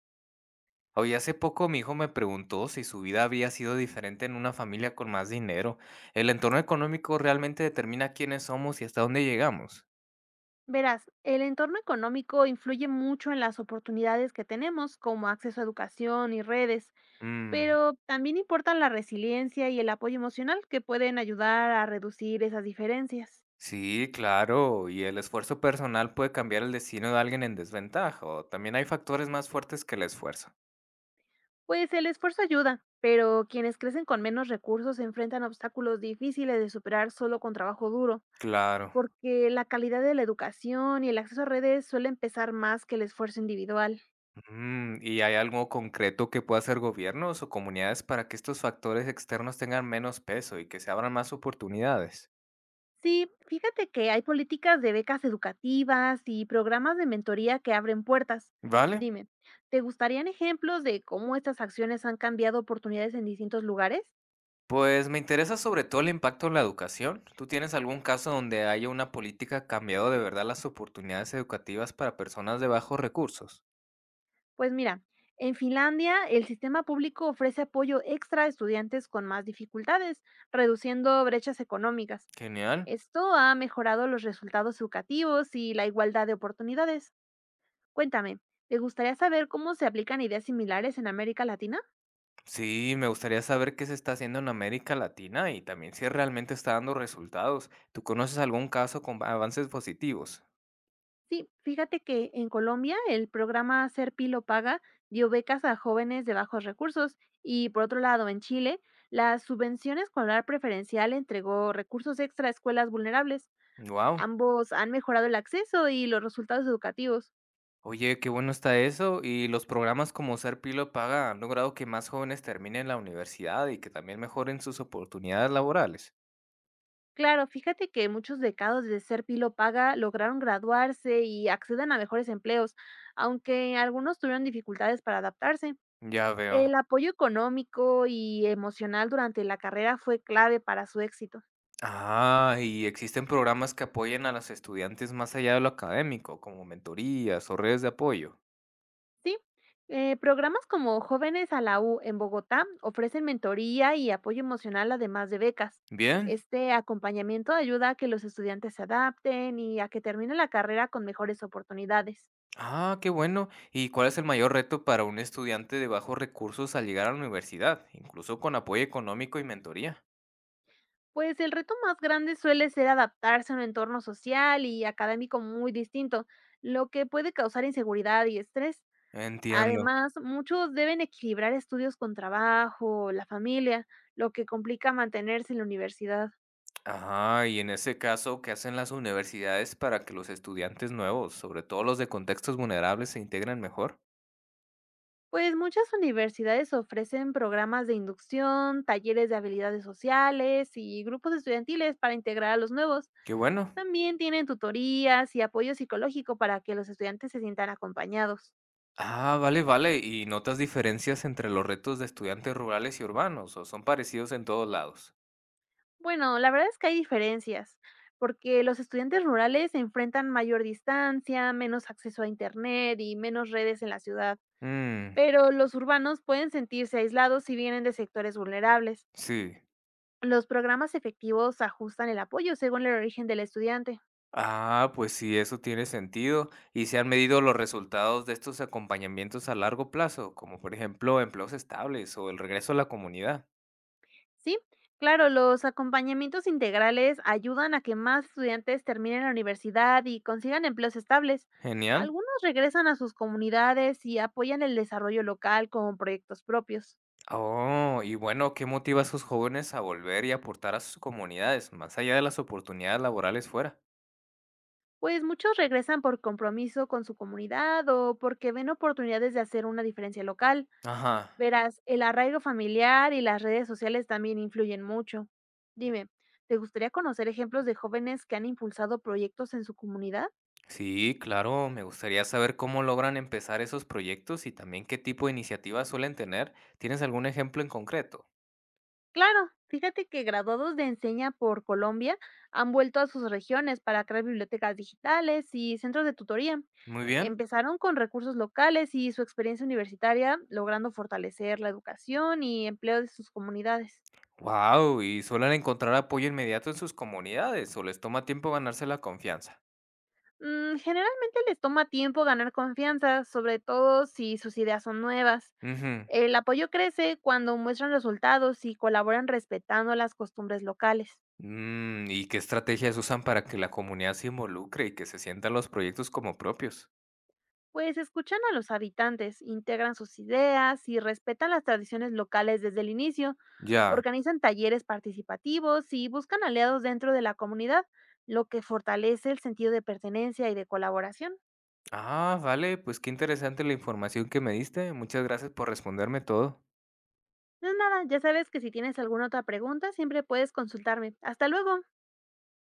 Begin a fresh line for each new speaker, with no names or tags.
Hoy hace poco mi hijo me preguntó si su vida había sido diferente en una familia con más dinero. ¿El entorno económico realmente determina quiénes somos y hasta dónde llegamos?
Verás, el entorno económico influye mucho en las oportunidades que tenemos, como acceso a educación y redes,
Mm,
pero también importan la resiliencia y el apoyo emocional que pueden ayudar a reducir esas diferencias.
sí, claro. ¿Y el esfuerzo personal puede cambiar el destino de alguien en desventaja? ¿O también hay factores más fuertes que el esfuerzo?
Pues el esfuerzo ayuda, pero quienes crecen con menos recursos se enfrentan a obstáculos difíciles de superar solo con trabajo duro,
Claro.
porque la calidad de la educación y el acceso a redes suelen pesar más que el esfuerzo individual.
Mm, ¿y hay algo concreto que pueda hacer gobiernos o comunidades para que estos factores externos tengan menos peso y que se abran más oportunidades?
Sí, fíjate que hay políticas de becas educativas y programas de mentoría que abren puertas.
Vale.
Dime, ¿te gustarían ejemplos de cómo estas acciones han cambiado oportunidades en distintos lugares?
Pues me interesa sobre todo el impacto en la educación. ¿Tú tienes algún caso donde haya una política que ha cambiado de verdad las oportunidades educativas para personas de bajos recursos?
Pues mira, en Finlandia el sistema público ofrece apoyo extra a estudiantes con más dificultades, reduciendo brechas económicas.
Genial.
Esto ha mejorado los resultados educativos y la igualdad de oportunidades. Cuéntame, ¿te gustaría saber cómo se aplican ideas similares en América Latina?
Sí, me gustaría saber qué se está haciendo en América Latina y también si realmente está dando resultados. ¿Tú conoces algún caso con avances positivos?
Sí, fíjate que en Colombia el programa Ser Pilo Paga dio becas a jóvenes de bajos recursos y por otro lado en Chile la subvención escolar preferencial entregó recursos extra a escuelas vulnerables.
Wow.
Ambos han mejorado el acceso y los resultados educativos.
Oye, qué bueno está eso. Y los programas como Ser Pilo Paga han logrado que más jóvenes terminen la universidad y que también mejoren sus oportunidades laborales.
Claro, fíjate que muchos becados de Ser Pilo Paga lograron graduarse y acceden a mejores empleos, aunque algunos tuvieron dificultades para adaptarse.
Ya veo.
El apoyo económico y emocional durante la carrera fue clave para su éxito.
Ah, ¿y existen programas que apoyen a los estudiantes más allá de lo académico, como mentorías o redes de apoyo?
Sí, programas como Jóvenes a la U en Bogotá ofrecen mentoría y apoyo emocional además de becas.
Bien.
Este acompañamiento ayuda a que los estudiantes se adapten y a que terminen la carrera con mejores oportunidades.
Ah, qué bueno. ¿Y cuál es el mayor reto para un estudiante de bajos recursos al llegar a la universidad, incluso con apoyo económico y mentoría?
Pues el reto más grande suele ser adaptarse a un entorno social y académico muy distinto, lo que puede causar inseguridad y estrés.
Entiendo.
Además, muchos deben equilibrar estudios con trabajo, la familia, lo que complica mantenerse en la universidad.
Ah, y en ese caso, ¿qué hacen las universidades para que los estudiantes nuevos, sobre todo los de contextos vulnerables, se integren mejor?
Pues muchas universidades ofrecen programas de inducción, talleres de habilidades sociales y grupos estudiantiles para integrar a los nuevos.
Qué bueno.
También tienen tutorías y apoyo psicológico para que los estudiantes se sientan acompañados.
Ah, vale, vale. ¿Y notas diferencias entre los retos de estudiantes rurales y urbanos o son parecidos en todos lados?
Bueno, la verdad es que hay diferencias, porque los estudiantes rurales enfrentan mayor distancia, menos acceso a Internet y menos redes en la ciudad,
Mmm,
pero los urbanos pueden sentirse aislados si vienen de sectores vulnerables.
sí.
Los programas efectivos ajustan el apoyo según el origen del estudiante.
Ah, pues sí, eso tiene sentido. ¿Y se han medido los resultados de estos acompañamientos a largo plazo, como por ejemplo empleos estables o el regreso a la comunidad?
Sí, claro, los acompañamientos integrales ayudan a que más estudiantes terminen la universidad y consigan empleos estables.
Genial.
Algunos regresan a sus comunidades y apoyan el desarrollo local con proyectos propios.
Oh, y bueno, ¿qué motiva a sus jóvenes a volver y aportar a sus comunidades, más allá de las oportunidades laborales fuera?
Pues muchos regresan por compromiso con su comunidad o porque ven oportunidades de hacer una diferencia local.
Ajá.
Verás, el arraigo familiar y las redes sociales también influyen mucho. Dime, ¿te gustaría conocer ejemplos de jóvenes que han impulsado proyectos en su comunidad?
Sí, claro, me gustaría saber cómo logran empezar esos proyectos y también qué tipo de iniciativas suelen tener. ¿Tienes algún ejemplo en concreto?
Claro, fíjate que graduados de Enseña por Colombia han vuelto a sus regiones para crear bibliotecas digitales y centros de tutoría.
Muy bien.
Empezaron con recursos locales y su experiencia universitaria, logrando fortalecer la educación y empleo de sus comunidades.
Wow, ¿y suelen encontrar apoyo inmediato en sus comunidades o les toma tiempo ganarse la confianza?
Mm, generalmente les toma tiempo ganar confianza, sobre todo si sus ideas son nuevas.
Ujú.
El apoyo crece cuando muestran resultados y colaboran respetando las costumbres locales.
Mm, ¿y qué estrategias usan para que la comunidad se involucre y que se sientan los proyectos como propios?
Pues escuchan a los habitantes, integran sus ideas y respetan las tradiciones locales desde el inicio,
Ya.
organizan talleres participativos y buscan aliados dentro de la comunidad, lo que fortalece el sentido de pertenencia y de colaboración.
Ah, vale, pues qué interesante la información que me diste. Muchas gracias por responderme todo.
No es nada, ya sabes que si tienes alguna otra pregunta siempre puedes consultarme. Hasta luego.